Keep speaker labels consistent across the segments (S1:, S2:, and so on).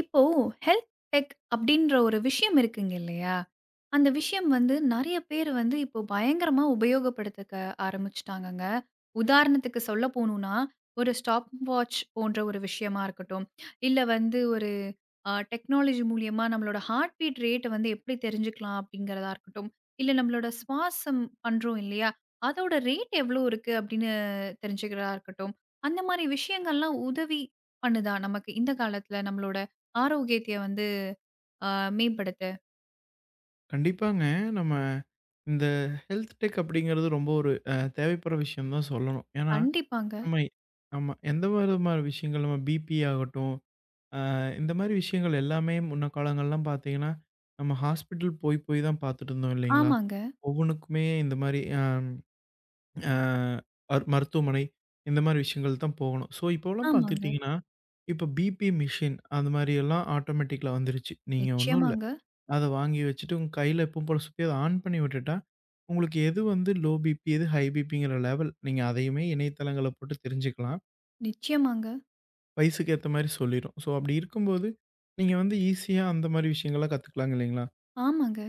S1: இப்போ health tech அப்படின்ற ஒரு விஷயம் இருக்குங்க இல்லையா? அந்த விஷயம் வந்து நெறைய பேர் வந்து இப்போ பயங்கரமா உபயோகப்படுத்தக்க ஆரம்பிச்சுட்டாங்கங்க. உதாரணத்துக்கு சொல்ல போணும்னா, ஒரு ஸ்டாப் வாட்ச் போன்ற ஒரு விஷயமா இருக்கட்டும், இல்ல வந்து ஒரு டெக்னாலஜி மூலியமா நம்மளோட ஹார்ட் பீட் ரேட்ட வந்து எப்படி தெரிஞ்சுக்கலாம் அப்படிங்கிறதா இருக்கட்டும், இல்ல நம்மளோட சுவாசம் பண்றோம் இல்லையா? அதோட ரேட் எவ்வளோ இருக்கு அப்படின்னு தெரிஞ்சுக்கிறதா இருக்கட்டும், அந்த மாரி விஷயங்கள்லாம் உதவி பண்ணுதா நமக்கு இந்த காலத்துல நம்மளோட ஆரோக்கியத்தைய வந்து அ மேம்படுத்த.
S2: கண்டிப்பாங்க. நம்ம இந்த ஹெல்த் டெக் அப்படிங்கிறது ரொம்ப ஒரு தேவைப்படுற விஷயம் தான் சொல்லணும். ஏன்னா,
S1: கண்டிப்பாங்க.
S2: நம்ம ஆமா. எந்த விதமான விஷயங்கள் நம்ம பிபி ஆகட்டும், அ இந்த மாரி விஷயங்கள் எல்லாமே முன்ன காலங்கள்லாம் பார்த்தீங்கன்னா, நம்ம ஹாஸ்பிட்டல் போய் போய் தான் பார்த்துட்டு இருந்தோம் இல்லைங்களா?
S1: ஆமாங்க,
S2: ஒவ்வொன்னுக்குமே இந்த மாரி அ அ அர் மருத்துவமனை இந்த மாரி விஷயங்கள் தான் போகணும். ஸோ, இப்போலாம்
S1: ஆமாங்க.
S2: பார்த்துக்கிட்டிங்கன்னா, இப்போ பிபி மிஷின் அந்த மாரியெல்லாம் ஆட்டோமேட்டிக்ல வந்துருச்சு. நீங்க ஒண்ணும் இல்ல.
S1: நிச்சயமாங்க,
S2: அத வாங்கி வச்சுட்டு உங்க கையில எப்பவும் போல சுத்தி அத ஆன் பண்ணி விட்டுட்டா, உங்களுக்கு எது வந்து லோ பிபி, எது ஹை பிபிங்கிற லெவல் நீங்க அதையுமே இணையதளங்கள போட்டு தெரிஞ்சுக்கலாம்.
S1: நிச்சயமாங்க.
S2: வயசுக்கு ஏத்த மாரி சொல்லிரும். ஸோ அப்படி இருக்கும்போது, நீங்க வந்து ஈஸியா அந்த மாரி விஷயங்கள்லாம் கத்துக்கலாங்க இல்லைங்களா?
S1: ஆமாங்க.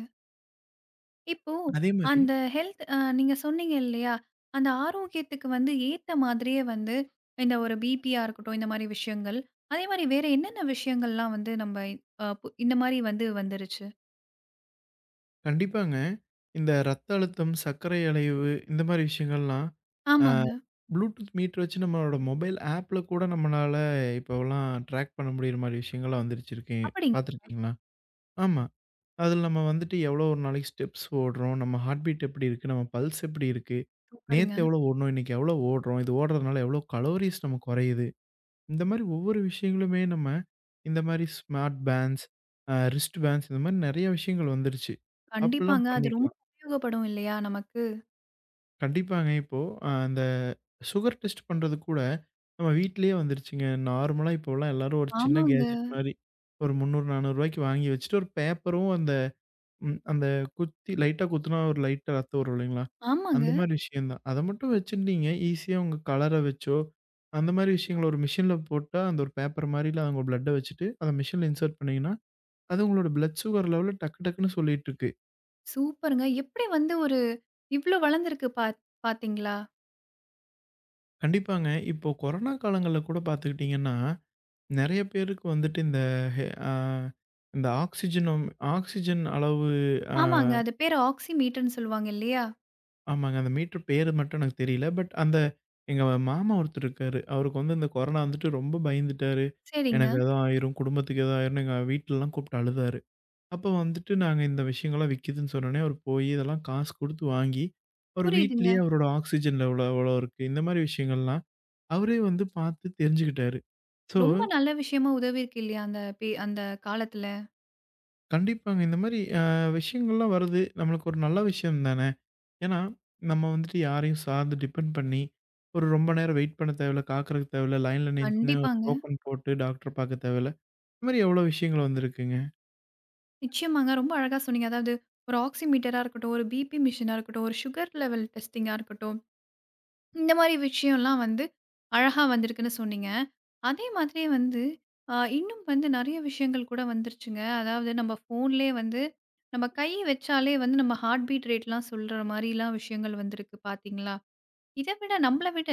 S1: இப்போ
S2: அதே மாரி
S1: அந்த ஹெல்த் நீங்க சொன்னீங்க இல்லையா? அந்த ஆரோக்கியத்துக்கு வந்து ஏத்த மாதிரியே வந்து இந்த ஒரு பிபியா இருக்கட்டும், இந்த மாரி விஷயங்கள். அதே மாரி வேற என்னென்ன விஷயங்கள்லாம் வந்து நம்ம அ பு இந்த மாரி வந்து வந்துருச்சு?
S2: கண்டிப்பாங்க. இந்த ரத்த அழுத்தம், சர்க்கரை அலைவு இந்த மாரி விஷயங்கள்லாம், ஆ
S1: ஆமாங்க.
S2: ப்ளூடூத் மீட்டர் வச்சு நம்மளோட மொபைல் ஆப்ல கூட நம்மளால இப்போலாம் ட்ராக் பண்ண முடியிற மாரி விஷயங்கள்லாம் வந்துருச்சு இருக்கே
S1: அப்படிங்
S2: பார்த்துருக்கீங்களா? ஆமா. அதில நம்ம வந்துட்டு எவ்வளோ ஒரு நாளைக்கு ஸ்டெப்ஸ் ஓடுறோம், நம்ம ஹார்ட் பீட் எப்படி இருக்கு, நம்ம பல்ஸ் எப்படி இருக்கு,
S1: சூப்பருங்க.
S2: நேத்து எவ்வளோ ஓடுனோம், இன்னைக்கு எவ்வளோ ஓடுறோம், இது ஓடுறதுனால எவ்வளோ கலோரிஸ் நம்ம குறையுது. இந்த மாரி ஒவ்வொரு விஷயங்களுமே நம்ம இந்த மாரி ஸ்மார்ட் பேண்ட்ஸ், ரிஸ்ட் பேண்ட்ஸ் இந்த மாரி நெறைய விஷயங்கள் வந்துருச்சு. அப்பலாம்
S1: கண்டிப்பாங்க. அது ரொம்ப
S2: பண்ணிக்கலாம்.
S1: உபயோகப்படும் இல்லையா நமக்கு?
S2: கண்டிப்பாங்க. இப்போ அந்த சுகர் டெஸ்ட் பண்றது கூட நம்ம வீட்லயே வந்துருச்சுங்க. நார்மலா இப்போலாம் எல்லாரும் ஒரு சின்ன
S1: ஆமாங்க,
S2: கேட்ஜெட் மாரி ஒரு 300, ரூ. 400 வாங்கி வச்சுட்டு ஒரு பேப்பரும் அந்த அந்த குத்தி லைட்டா குத்துனா ஒரு லைட்டா ரத்தம் வரும் இல்லைங்களா?
S1: ஆமாங்க.
S2: அந்த மாரி விஷயம் தான். அத மட்டும் வச்சிருந்தீங்க. ஈஸியா உங்க கலர வச்சோ, அந்த மாரி விஷயங்கள ஒரு மிஷின்ல போட்டா, அந்த ஒரு பேப்பர் மாரில உங்க பிளட்ட வச்சுட்டு, அத மிஷின்ல இன்சர்ட் பண்ணீங்கன்னா, அது உங்களோட பிளட் சுகர் லெவல டக்கு டக்குன்னு சொல்லிட்டுருக்கு.
S1: சூப்பருங்க. எப்படி வந்து ஒரு இவ்ளோ வளர்ந்திருக்கு பார்த்தீங்களா?
S2: கண்டிப்பாங்க. இப்போ கொரோனா காலங்கள்ல கூட பார்த்துக்கிட்டீங்கன்னா, நெறைய பேருக்கு வந்துட்டு இந்த ஹெ ஆ இந்த ஆக்ஸிஜனும் ஆக்ஸிஜன் அளவு அ
S1: ஆமாங்க. அது பேரு ஆக்ஸிமீட்டர்ன்னு சொல்லுவாங்க இல்லையா?
S2: ஆமாங்க. அந்த மீட்டர் பேரு மட்டும் எனக்கு தெரியல. பட் அந்த எங்க மாமா ஒருத்தர் இருக்காரு. அவருக்கு வந்து இந்த கொரோனா வந்துட்டு ரொம்ப பயந்துட்டாரு. எனக்கு
S1: சரிங்க.
S2: ஏதோ ஆயிரும், குடும்பத்துக்கு ஏதோ ஆயிரும்னு எங்க வீட்லலாம் கூப்பிட்டு அழுதாரு. அப்போ வந்துட்டு நாங்க இந்த விஷயங்கள்லாம் விக்குதுன்னு சொன்னோனே, அவரு போய் இதெல்லாம் காசு குடுத்து வாங்கி, அவரு
S1: புரியுதுங்க.
S2: வீட்லயே அவரோட ஆக்ஸிஜன் லெவல் எவ்வளோ இருக்கு, இந்த மாரி விஷயங்கள்லாம் அவரே வந்து பார்த்து தெரிஞ்சுக்கிட்டாரு. ஸோ,
S1: ரொம்ப நல்ல விஷயமா உதவியிருக்கு இல்லையா? அந்த அந்த காலத்துல.
S2: கண்டிப்பாங்க இந்த மாரி விஷயங்கள்லாம் வருது. நம்மளுக்கு ஒரு நல்ல விஷயம் தான. ஏன்னா, நம்ம வந்துட்டு யாரையும் சார்ந்து டிபெண்ட் பண்ணி, ஒரு ரொம்ப நேரம் வெயிட் பண்ண தேவையில்ல, காக்கறதுக்கு தேவையில்ல, லைன்ல நின்னு ஒரு
S1: கண்டிப்பாங்க.
S2: டோக்கன் போட்டு டாக்டர பார்க்க தேவையில்ல. இந்த மாரி எவ்வளோ விஷயங்கள் வந்திருக்குங்க.
S1: நிச்சயமாங்க. ரொம்ப அழகா சொன்னீங்க. அதாவது ஒரு ஆக்ஸிமீட்டரா இருக்கட்டும், ஒரு பிபி மிஷினா இருக்கட்டும், ஒரு சுகர் லெவல் டெஸ்டிங்கா இருக்கட்டும். இந்த மாரி விஷயம்லாம் வந்து அழகா வந்திருக்குன்னு சொன்னீங்க. அதே மாதிரியே வந்து இன்னும் வந்து நெறைய விஷயங்கள் கூட வந்துருச்சுங்க. அதாவது நம்ம ஃபோன்லயே வந்து நம்ம கை வச்சாலே வந்து நம்ம ஹார்ட் பீட் ரேட்லாம் சொல்ற மாரிலாம் விஷயங்கள் வந்திருக்கு பார்த்தீங்களா? இத விட நம்மள விட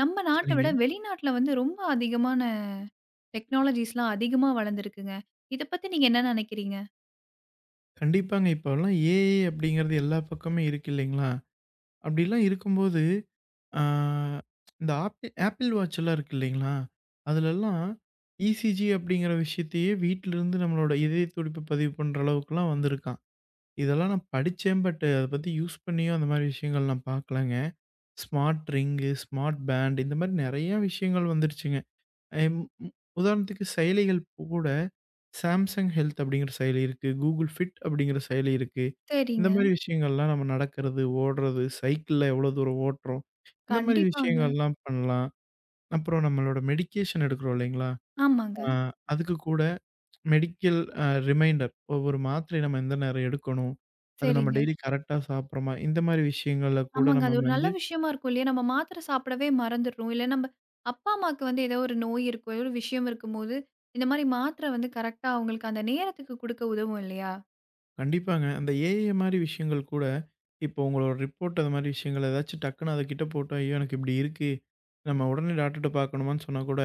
S1: நம்ம நாட்ட
S2: சரிங்க.
S1: விட வெளிநாட்ல வந்து ரொம்ப அதிகமான டெக்னாலஜிஸ்லாம் அதிகமா வளர்ந்துருக்குங்க. இத பத்தி நீங்க என்ன நெனைக்கிறீங்க?
S2: கண்டிப்பாங்க. இப்போலாம் ஏஐ அப்படிங்கிறது எல்லா பக்கமும் இருக்கு இல்லைங்களா? அப்படிலாம் இருக்கும்போது, ஆ இந்த ஆப்பிள் வாட்ச் எல்லாம் இருக்கு இல்லைங்களா? அதுலலாம் இசிஜி அப்படிங்கிற விஷயத்தையே வீட்லருந்து நம்மளோட இதய துடிப்பு பதிவு பண்ற அளவுக்குலாம் வந்திருக்கான். இதெல்லாம் நான் படிச்சேன். பட் அத பத்தி யூஸ் பண்ணியும் அந்த மாரி விஷயங்கள் நான் பார்க்கலங்க. ஸ்மார்ட் ரிங்கு, ஸ்மார்ட் பேண்ட் இந்த மாரி நெறைய விஷயங்கள் வந்துருச்சுங்க. எம் ம் உதாரணத்துக்கு செயலிகள் கூட Samsung Health அப்படிங்கிற செயலி இருக்கு. Google Fit அப்படிங்கிற செயலி இருக்கு. இந்த
S1: சரிங்க.
S2: மாரி விஷயங்கள்லாம் நம்ம நடக்கிறது, ஓடுறது, சைக்கிள்ல எவ்வளோ தூரம் ஓட்டுறோம். இந்த மாரி
S1: கண்டிப்பாங்க.
S2: விஷயங்கள்லாம் பண்ணலாம். அப்புறம் நம்மளோட மெடிகேஷன் எடுக்கிறோம் இல்லைங்களா? அ
S1: ஆமாங்க.
S2: அதுக்கு கூட மெடிக்கல் ரிமைண்டர் ஒவ்வொரு மாத்திரை நம்ம எந்த நேரம் எடுக்கணும். அது நம்ம
S1: சரிங்க.
S2: டெய்லி கரெக்ட்டா சாப்பிடுறோமா? இந்த மாரி விஷயங்கள்ல கூட
S1: ஆமாங்க.
S2: நம்ம
S1: அது ஒரு நல்ல
S2: வந்து
S1: விஷயமா இருக்கும் இல்லையா? நம்ம மாத்திரை சாப்பிடவே மறந்துடுறோம். இல்ல நம்ம அப்பா, அம்மாக்கு வந்து ஏதோ ஒரு நோய் இருக்கும், ஏதோ ஒரு விஷயம் இருக்கும்போது, இந்த மாரி மாத்திரை வந்து கரெக்ட்டா அவங்களுக்கு அந்த நேரத்துக்கு குடுக்க உதவும் இல்லையா?
S2: கண்டிப்பாங்க. அந்த ஏஐ மாரி விஷயங்கள் கூட, இப்போ உங்களோட ரிப்போர்ட் அது மாரி விஷயங்கள் ஏதாச்சும் டக்குனு அதுகிட்ட போட்டா, "ஐயோ! எனக்கு இப்டி இருக்கு. நம்ம உடனே டாக்டர்ட்ட பார்க்கணுமான்னு" சொன்னா கூட,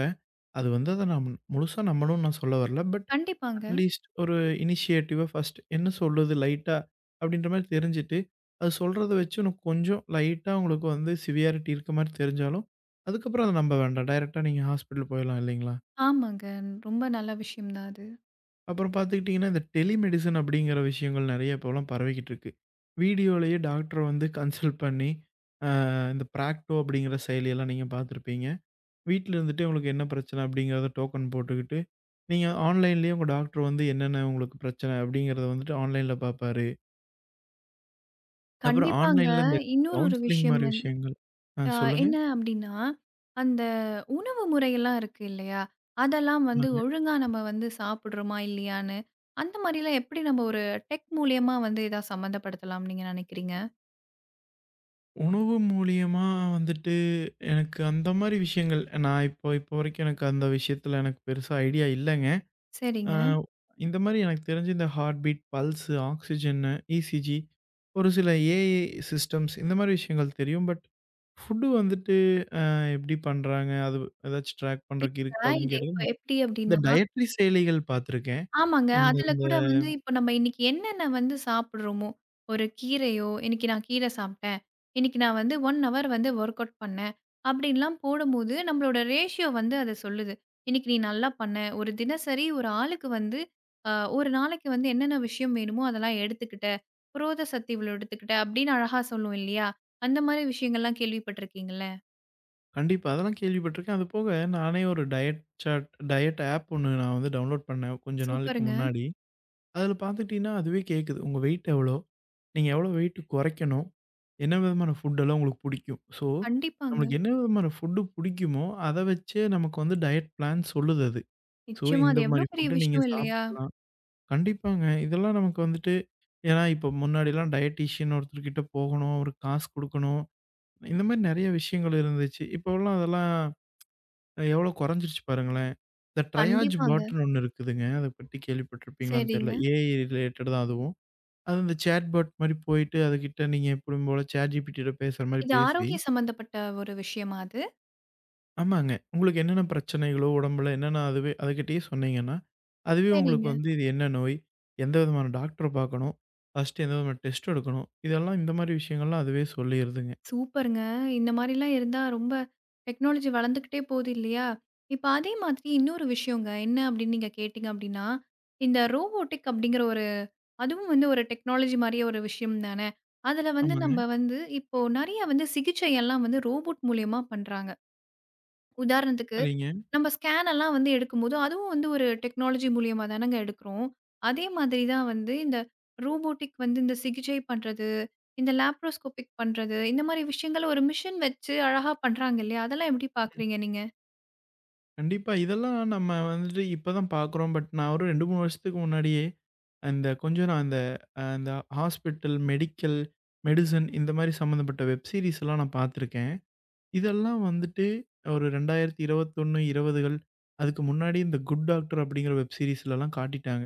S2: அது வந்து அத நான் முழுசா நம்பணும்னு நான் சொல்ல வரல. பட்
S1: கண்டிப்பாங்க.
S2: அட்லீஸ்ட் ஒரு இனிஷியேட்டிவா ஃபர்ஸ்ட் என்ன சொல்லுது லைட்டா அப்டின்ற மாரி தெரிஞ்சுட்டு, அது சொல்றத வச்சு இன்னும் கொஞ்சம் லைட்டா உங்களுக்கு வந்து சிவியாரிட்டி இருக்க மாரி தெரிஞ்சாலும், அதுக்கப்புறம் அத நம்ப வேண்டாம். டைரக்ட்டா நீங்க ஹாஸ்பிட்டல் போயிரலாம் இல்லைங்களா?
S1: ஆமாங்க. ரொம்ப நல்ல விஷயம் தான் அது.
S2: அப்புறம் பார்த்துக்கிட்டிங்கன்னா, இந்த டெலிமெடிசின் அப்படிங்கிற விஷயங்கள் நெறைய இப்போலாம் பரவிக்கிட்டு இருக்கு. வீடியோலயே டாக்டர வந்து கன்சல்ட் பண்ணி, அ இந்த பிராக்டோ அப்படிங்கிற செயலியெல்லாம் நீங்க பார்த்துருப்பீங்க. வீட்ல இருந்துட்டே உங்களுக்கு என்ன பிரச்சனை அப்படிங்கிறத டோக்கன் போட்டுக்கிட்டு, நீங்க ஆன்லைன்லயே உங்க டாக்டர் வந்து என்னென்ன உங்களுக்கு பிரச்சனை அப்படிங்கிறத வந்துட்டு ஆன்லைன்ல பார்ப்பாரு. அப்புறம்
S1: கண்டிப்பாங்க.
S2: ஆன்லைன்ல இந்த
S1: இன்னொரு ஒரு
S2: கவுன்சிலிங்
S1: விஷயம்
S2: மாரி
S1: வந்து
S2: விஷயங்கள் ஆ
S1: அ என்ன
S2: சொல்லுங்கள்
S1: அப்டின்னா, அந்த உணவு முறையெல்லாம் இருக்கு இல்லையா? அதெல்லாம் வந்து
S2: சொல்லுங்க. ஆமாங்க.
S1: ஒழுங்கா நம்ம வந்து சாப்பிடுறோமா இல்லையான்னு, அந்த மாரிலாம் எப்படி நம்ம ஒரு டெக் மூலியமா வந்து ஏதாவது சம்மந்தப்படுத்தலாம்னு நீங்க நினைக்கிறீங்க?
S2: உணவு மூலியமா வந்துட்டு எனக்கு அந்த மாரி விஷயங்கள் நான் இப்போ இப்போ வரைக்கும் எனக்கு அந்த விஷயத்தில எனக்கு பெருசா ஐடியா இல்லங்க. ஆ,
S1: சரிங்க.
S2: இந்த மாரி எனக்கு தெரிஞ்சு இந்த ஹார்ட் பீட், பல்ஸ், ஆக்ஸிஜன்னு, இசிஜி, ஒரு சில ஏஐ சிஸ்டம்ஸ் இந்த மாரி விஷயங்கள் தெரியும். பட் ஃபுட் வந்துட்டு எப்படி பண்றாங்க? அது ஏதாச்சும் ட்ராக் பண்றதுக்கு
S1: இல்ல
S2: இருக்கா? அப்படின்னு
S1: இது இப்ப
S2: கேட்டீங்கன்னா,
S1: எப்படி
S2: இந்த
S1: அப்படின்னா
S2: டயட்ரி செயலிகள் பார்த்துருக்கேன்.
S1: ஆமாங்க.
S2: இந்த
S1: அதுல
S2: இந்த
S1: கூட வந்து இப்ப நம்ம இன்னைக்கு என்னென்ன வந்து சாப்பிடுறோமோ, ஒரு கீரையோ, இன்னைக்கு நான் கீரை சாப்பிட்டேன். இன்னைக்கு நான் வந்து 1 ஹவர் வந்து வொர்க் அவுட் பண்ணேன். அப்படின்லாம் போடும்போது நம்மளோட ரேஷியோ வந்து அத சொல்லுது. இன்னைக்கு நீ நல்லா பண்ண. ஒரு தினசரி ஒரு ஆளுக்கு வந்து அ ஒரு நாளைக்கு வந்து என்னென்ன விஷயம் வேணுமோ அதெல்லாம் எடுத்துக்கிட்ட. புரோத சத்து இவ்வளோ எடுத்துக்கிட்ட அப்படின்னு அழகா சொல்லும் இல்லையா? அந்த மாரி விஷயங்கள்லாம் கேள்விப்பட்டுருக்கீங்கல்ல?
S2: கண்டிப்பா அதெல்லாம் கேள்விப்பட்டிருக்கேன். அது போக நானே ஒரு டயட் சார்ட் டயட் ஆப் ஒண்ணு நான் வந்து டவுன்லோட் பண்ணேன் கொஞ்ச நாளுக்கு
S1: சூப்பருங்க.
S2: முன்னாடி. அதில பார்த்துட்டீங்கன்னா, அதுவே கேட்குது. உங்க வெயிட் எவ்வளோ? நீங்க எவ்வளோ வெயிட் குறைக்கணும்? என்ன விதமான ஃபுட்டெல்லாம் உங்களுக்கு பிடிக்கும்? ஸோ,
S1: கண்டிப்பாங்க.
S2: நம்மளுக்கு என்ன விதமான ஃபுட்டு பிடிக்குமோ, அத வச்சே நமக்கு வந்து டயட் பிளான் சொல்லுது அது. ஸோ,
S1: நிச்சயமா
S2: இந்த
S1: அது எவ்வளோ
S2: மாரி
S1: பெரிய
S2: ஃபுட்ட நீங்க
S1: விஷயம் இல்லையா?
S2: சாப்பிடலாம். கண்டிப்பாங்க. இதெல்லாம் நமக்கு வந்துட்டு ஏன்னா இப்போ முன்னாடிலாம் டயட்டீஷியன் ஒருத்தர்கிட்ட போகணும், அவருக்கு காசு குடுக்கணும். இந்த மாரி நெறைய விஷயங்கள் இருந்துச்சு. இப்போலாம் அதெல்லாம் எவ்வளோ குறைஞ்சிருச்சு பாருங்களேன். இந்த ட்ரையாஜ்
S1: கண்டிப்பாங்க.
S2: பாட்ன்னு ஒண்ணு இருக்குதுங்க. அத பத்தி கேள்விப்பட்டிருப்பீங்களான்னு தெரியல.
S1: சரிங்க.
S2: ஏஐ ரிலேட்டட் தான் அதுவும். அது அந்த சேட் பாட் மாரி போயிட்டு, அதுகிட்ட நீங்க எப்பவும் போல சேட் ஜிபிடிட்ட பேசுற மாரி
S1: இது
S2: பேசி
S1: ஆரோக்கிய சம்மந்தப்பட்ட ஒரு விஷயமா அது?
S2: ஆமாங்க. உங்களுக்கு என்னென்ன பிரச்சனைகளோ, உடம்புல என்னென்ன அதுவே அதுகிட்டயே சொன்னீங்கன்னா, அதுவே உங்களுக்கு
S1: சரிங்க.
S2: வந்து இது என்ன நோய்? எந்த விதமான டாக்டர பார்க்கணும்? ஃபர்ஸ்ட்டு எந்த விதமான டெஸ்ட் எடுக்கணும்? இதெல்லாம் இந்த மாரி விஷயங்கள்லாம் அதுவே சொல்லிருதுங்க.
S1: சூப்பருங்க. இந்த மாரிலாம் இருந்தா ரொம்ப டெக்னாலஜி வளர்ந்துக்கிட்டே போது இல்லையா? இப்ப அதே மாதிரி இன்னொரு விஷயங்க. என்ன அப்படின்னு நீங்க கேட்டீங்க அப்படின்னா, இந்த ரோபோட்டிக் அப்படிங்கிற ஒரு அதுவும் வந்து ஒரு டெக்னாலஜி மாரியே ஒரு விஷயம் தானே. அதுல வந்து
S2: ஆமாங்க.
S1: நம்ம வந்து இப்போ நெறைய வந்து சிகிச்சை எல்லாம் வந்து ரோபோட் மூலியமா பண்றாங்க. உதாரணத்துக்கு,
S2: சரிங்க.
S1: நம்ம ஸ்கேன் எல்லாம் வந்து எடுக்கும்போது, அதுவும் வந்து ஒரு டெக்னாலஜி மூலியமா தானங்க எடுக்கிறோம். அதே மாதிரி தான் வந்து இந்த ரோபோட்டிக் வந்து இந்த சிகிச்சை பண்றது, இந்த லேப்ரோஸ்கோபிக் பண்றது, இந்த மாரி விஷயங்கள ஒரு மிஷின் வச்சு அழகா பண்றாங்க இல்லையா? அதெல்லாம் எப்படி பார்க்குறீங்க நீங்க?
S2: கண்டிப்பா. இதெல்லாம் நம்ம வந்துட்டு இப்ப தான் பார்க்குறோம். பட் நான் ஒரு 2, 3 வருஷத்துக்கு முன்னாடியே, அந்த கொஞ்சம் நான் அந்த அந்த ஹாஸ்பிட்டல், மெடிக்கல், மெடிசின் இந்த மாரி சம்மந்தப்பட்ட வெப் சீரிஸ்லாம் நான் பார்த்துருக்கேன். இதெல்லாம் வந்துட்டு ஒரு 2021, 20கள் அதுக்கு முன்னாடி இந்த குட் டாக்டர் அப்படிங்கிற வெப் சீரிஸ்லலாம் காட்டிட்டாங்க.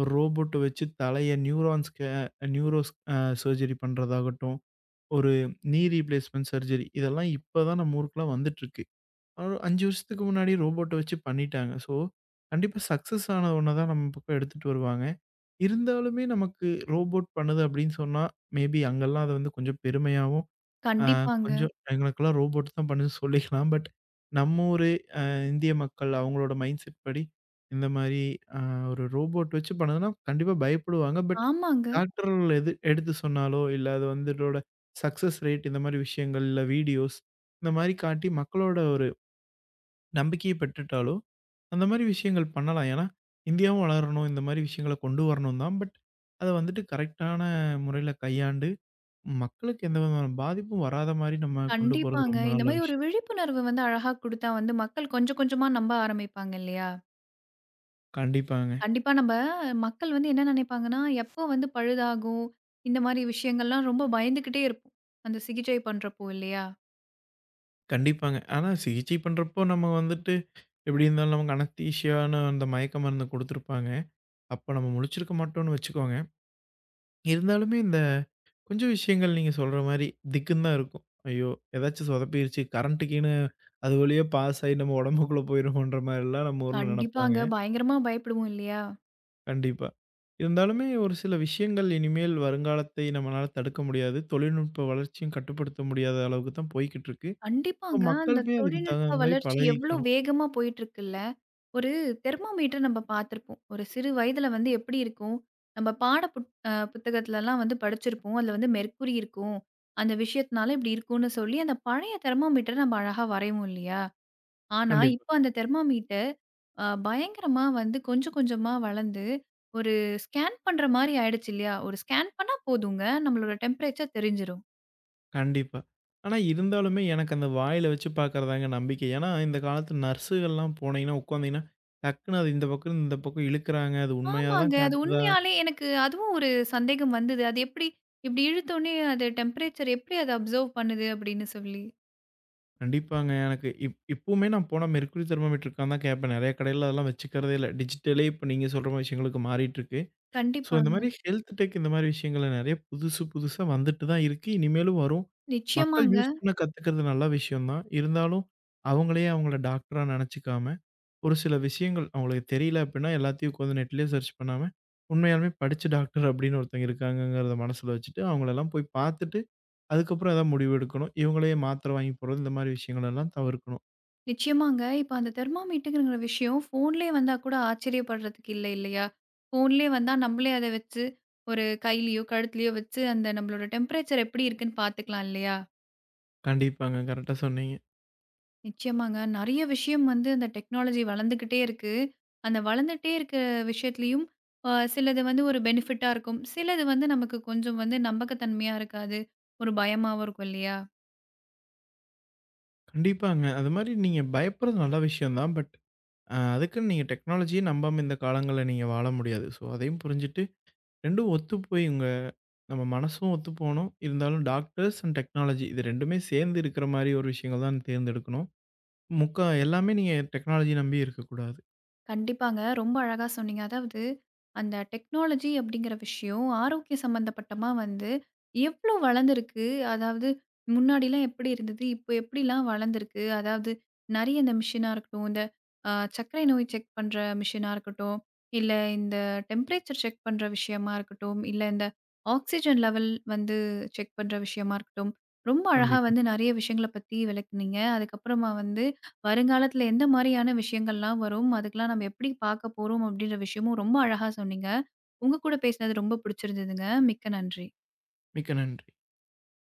S2: ஒரு ரோபோட்ட வச்சு தலைய நியூரான்ஸ்க்கு நியூரோஸ் அ சர்ஜரி பண்றதாகட்டும், ஒரு ரீப்ளேஸ்மென்ட் சர்ஜரி இதெல்லாம் இப்ப தான் நம்ம ஊருக்குலாம் வந்துட்டுருக்கு. ஒரு 5 வருஷத்துக்கு முன்னாடி ரோபோட்ட வச்சு பண்ணிட்டாங்க. ஸோ, கண்டிப்பா சக்சஸ் ஆன ஒண்ண தான் நம்ம பக்கம் எடுத்துட்டு வருவாங்க. இருந்தாலுமே நமக்கு ரோபோட் பண்ணுது அப்படின்னு சொன்னா, மேபி அங்கலாம் அத வந்து கொஞ்சம் பெருமையாவும் ஆ
S1: கண்டிப்பாங்க.
S2: கொஞ்சம் எங்களுக்கெல்லாம் ரோபோட் தான் பண்ணுது சொல்லிக்கலாம். பட் நம்ம ஒரு இந்திய மக்கள் அவங்களோட மைண்ட் செட் படி இந்த மாரி அ ஒரு ரோபோட் வச்சு பண்ணதுனா கண்டிப்பா பயப்படுவாங்க. பட்
S1: ஆமாங்க.
S2: டாக்டர் எது எடுத்து சொன்னாலோ, இல்ல அது வந்து இதோட சக்சஸ் ரேட் இந்த மாரி விஷயங்கள், இல்ல வீடியோஸ் இந்த மாரி காட்டி மக்களோட ஒரு நம்பிக்கைய பெற்றுட்டாலோ, அந்த மாரி விஷயங்கள் பண்ணலாம். ஏன்னா இந்தியாவும் வளரணும், இந்த மாரி விஷயங்கள கொண்டு வரணும் தான். பட் அத வந்துட்டு கரெக்ட்டான முறையில கையாண்டு மக்களுக்கு எந்த விதமான பாதிப்பும் வராத மாரி நம்ம கொண்டு போறது
S1: கண்டிப்பாங்க.
S2: ரொம்ப
S1: இந்த
S2: நல்ல
S1: மாரி ஒரு
S2: விஷயம்.
S1: விழிப்புணர்வு வந்து அழகா குடுத்தா வந்து மக்கள் கொஞ்சம் கொஞ்சமா நம்ப ஆரம்பிப்பாங்க இல்லையா?
S2: கண்டிப்பாங்க,
S1: கண்டிப்பா நம்ம மக்கள் வந்து என்ன நினைப்பாங்கன்னா, எப்போ வந்து பழுதாகும், இந்த மாரி விஷயங்கள்லாம் ரொம்ப பயந்துக்கிட்டே இருப்போம். அந்த சிகிச்சை பண்றப்போ இல்லையா?
S2: கண்டிப்பாங்க. ஆனா சிகிச்சை பண்றப்போ நம்ம வந்துட்டு எப்டி இருந்தாலும் நமக்கு அனஸ்தீசியான்னு அந்த மயக்க மருந்து குடுத்துருப்பாங்க. அப்ப நம்ம முழிச்சிருக்க மாட்டோம்னு வச்சுக்கோங்க. இருந்தாலுமே இந்த கொஞ்சம் விஷயங்கள் நீங்க சொல்ற மாரி திக்குன்னு தான் இருக்கும். ஐயோ! ஏதாச்சும் சொதப்பிருச்சு கரண்ட்டுக்கீன்னு அது வழியா பாஸ் ஆயி நம்ம உடம்புக்குள்ள போயிருமோன்ற மாரிலாம் நம்ம ஊர்ல நெனப்பாங்க.
S1: கண்டிப்பாங்க. பயங்கரமா பயப்படுவோம் இல்லையா?
S2: கண்டிப்பா. இருந்தாலுமே ஒரு சில விஷயங்கள் இனிமேல் வருங்காலத்தை நம்மளால தடுக்க முடியாது. தொழில்நுட்ப வளர்ச்சியும் கட்டுப்படுத்த முடியாத அளவுக்கு தான் போய்க்கிட்டுருக்கு. இப்ப
S1: கண்டிப்பாங்க. அந்த
S2: மக்களுமே அதுக்கு தகுந்த
S1: தொழில்நுட்ப
S2: மாரி
S1: வளர்ச்சி எவ்ளோ
S2: பழகிக்கணும்.
S1: வேகமா போயிட்டுருக்குல்ல. ஒரு தெர்மோமீட்டர் நம்ம பார்த்துருப்போம். ஒரு சிறு வயதில வந்து எப்படி இருக்கும்? நம்ம பாட புத்தகத்துலலாம் வந்து படிச்சிருப்போம். அதில வந்து மெர்க்குரி இருக்கும். அந்த விஷயத்தினால இப்படி இருக்கும்னு சொல்லி, அந்த பழைய தெர்மோமீட்டர நம்ம அழகா வரைவோம் இல்லையா? ஆனா,
S2: கண்டிப்பா,
S1: இப்ப அந்த தெர்மாமீட்டர் பயங்கரமா வந்து கொஞ்சம் கொஞ்சமா வளர்ந்து, ஒரு ஸ்கேன் பண்ற மாரி ஆயிடுச்சு இல்லையா? ஒரு ஸ்கேன் பண்ணா போதுங்க, நம்மளோட டெம்பரேச்சர் தெரிஞ்சிரும்.
S2: கண்டிப்பா. ஆனா இருந்தாலுமே எனக்கு அந்த வாயில வச்சு பார்க்குறதாங்க நம்பிக்கை. ஏன்னா, இந்த காலத்து நர்ஸுகள்லாம் போனீங்கன்னா, உட்காந்தீங்கன்னா, டக்குனு அது இந்த பக்கம், இந்த பக்கம் இழுக்குறாங்க. அது உண்மையா
S1: ஆமாங்க.
S2: தான்
S1: அது
S2: காட்டுதா?
S1: உண்மையாலே எனக்கு அதுவும் ஒரு சந்தேகம் வந்தது. அது எப்படி இப்படி இழுத்தோனே அது டெம்பரேச்சர் எப்படி அத அப்சர்வ் பண்ணுது அப்படின்னு சொல்லி.
S2: கண்டிப்பாங்க. எனக்கு இப்பவுமே நான் போனா மெர்க்குரி தெர்மாமீட்டர் இருக்கான்னு தான் கேட்பேன். நெறைய கடையில அதெல்லாம் வச்சுக்கிறதே இல்ல. டிஜிட்டலே இப்ப நீங்க சொல்ற மாரி விஷயங்களுக்கு மாறிட்டுருக்கு. ஸோ, இந்த மாரி
S1: கண்டிப்பாங்க.
S2: ஹெல்த் டெக் இந்த மாரி விஷயங்கள்ல நெறைய புதுசு புதுசா வந்துட்டு தான் இருக்கு. இனிமேலும் வரும். மக்கள்
S1: நிச்சயமாங்க.
S2: யூஸ் பண்ண கத்துக்கிறது நல்ல விஷயம் தான். இருந்தாலும் அவங்களே அவங்கள டாக்டரா நெனச்சுக்காம, ஒரு சில விஷயங்கள் அவங்களுக்கு தெரியல அப்டின்னா, எல்லாத்தையும் உட்காந்து நெட்லயே சர்ச் பண்ணாம, உண்மையாலுமே படிச்ச டாக்டர் அப்படின்னு ஒருத்தங்க இருக்காங்கங்கிறத மனசுல வச்சுட்டு, அவங்களெல்லாம் போய் பார்த்துட்டு, அதுக்கப்புறம் ஏதாவது முடிவு எடுக்கணும். இவங்களே மாத்திரை வாங்கி போடுறது, இந்த மாரி விஷயங்களெல்லாம் தவிர்க்கணும்.
S1: நிச்சயமாங்க. இப்ப அந்த தெர்மாமீட்டுங்கிற விஷயம் ஃபோன்லயே வந்தா கூட ஆச்சரியப்படுறதுக்கு இல்ல இல்லையா? ஃபோன்லயே வந்தா நம்மளே அத வச்சு ஒரு கையிலயோ, கழுத்துலயோ வச்சு அந்த நம்மளோட டெம்பரேச்சர் எப்படி இருக்குன்னு பார்த்துக்கலாம் இல்லையா?
S2: கண்டிப்பாங்க. கரெக்ட்டா சொன்னீங்க.
S1: நிச்சயமாங்க. நெறைய விஷயம் வந்து அந்த டெக்னாலஜி வளர்ந்துகிட்டே இருக்கு. அந்த வளர்ந்துட்டே இருக்க விஷயத்துலயும் சிலது வந்து ஒரு பெனிஃபிட்டா இருக்கும். சிலது வந்து நமக்கு கொஞ்சம் வந்து நம்பகத்தன்மையா இருக்காது. ஒரு பயமாவும் இருக்கும் இல்லையா?
S2: கண்டிப்பாங்க. அது மாரி நீங்க பயப்படுறது நல்ல விஷயம் தான். பட் அதுக்குன்னு நீங்க டெக்னாலஜியே நம்பாம இந்த காலங்கள்ல நீங்க வாழ முடியாது. ஸோ, அதையும் புரிஞ்சுட்டு இரண்டும் ஒத்துப்போய் உங்க நம்ம மனசும் ஒத்துப்போணும். இருந்தாலும் டாக்டர்ஸ் அண்ட் டெக்னாலஜி இது இரண்டுமே சேர்ந்து இருக்கிற மாரி ஒரு விஷயங்கள் தான் தேர்ந்தெடுக்கணும். முக்கா எல்லாமே நீங்க டெக்னாலஜி நம்பி இருக்கக்கூடாது.
S1: கண்டிப்பாங்க. ரொம்ப அழகா சொன்னீங்க. அதாவது அந்த டெக்னாலஜி அப்படிங்கிற விஷயம் ஆரோக்கிய சம்மந்தப்பட்டமா வந்து எவ்ளோ வளர்ந்திருக்கு? அதாவது முன்னாடிலாம் எப்படி இருந்தது? இப்போ எப்படிலாம் வளர்ந்திருக்கு? அதாவது நெறைய இந்த மிஷினா இருக்கட்டும், இந்த அ சர்க்கரை நோய் செக் பண்ற மிஷினா இருக்கட்டும், இல்ல இந்த டெம்பரேச்சர் செக் பண்ற விஷயமா இருக்கட்டும், இல்ல இந்த ஆக்ஸிஜன் லெவல் வந்து செக் பண்ற விஷயமா இருக்கட்டும், ரொம்ப அழகா
S2: கண்டிப்பா.
S1: வந்து நெறைய விஷயங்கள பத்தி விளக்குனீங்க. அதுக்கப்புறமா வந்து வருங்காலத்துல எந்த மாரியான விஷயங்கள்லாம் வரும்? அதுக்கெல்லாம் நம்ம எப்படி பார்க்க போறோம்? அப்படின்ற விஷயமும் ரொம்ப அழகா சொன்னீங்க. உங்க கூட பேசினது ரொம்ப பிடிச்சிருந்ததுங்க. மிக்க நன்றி.
S2: மிக்க நன்றி.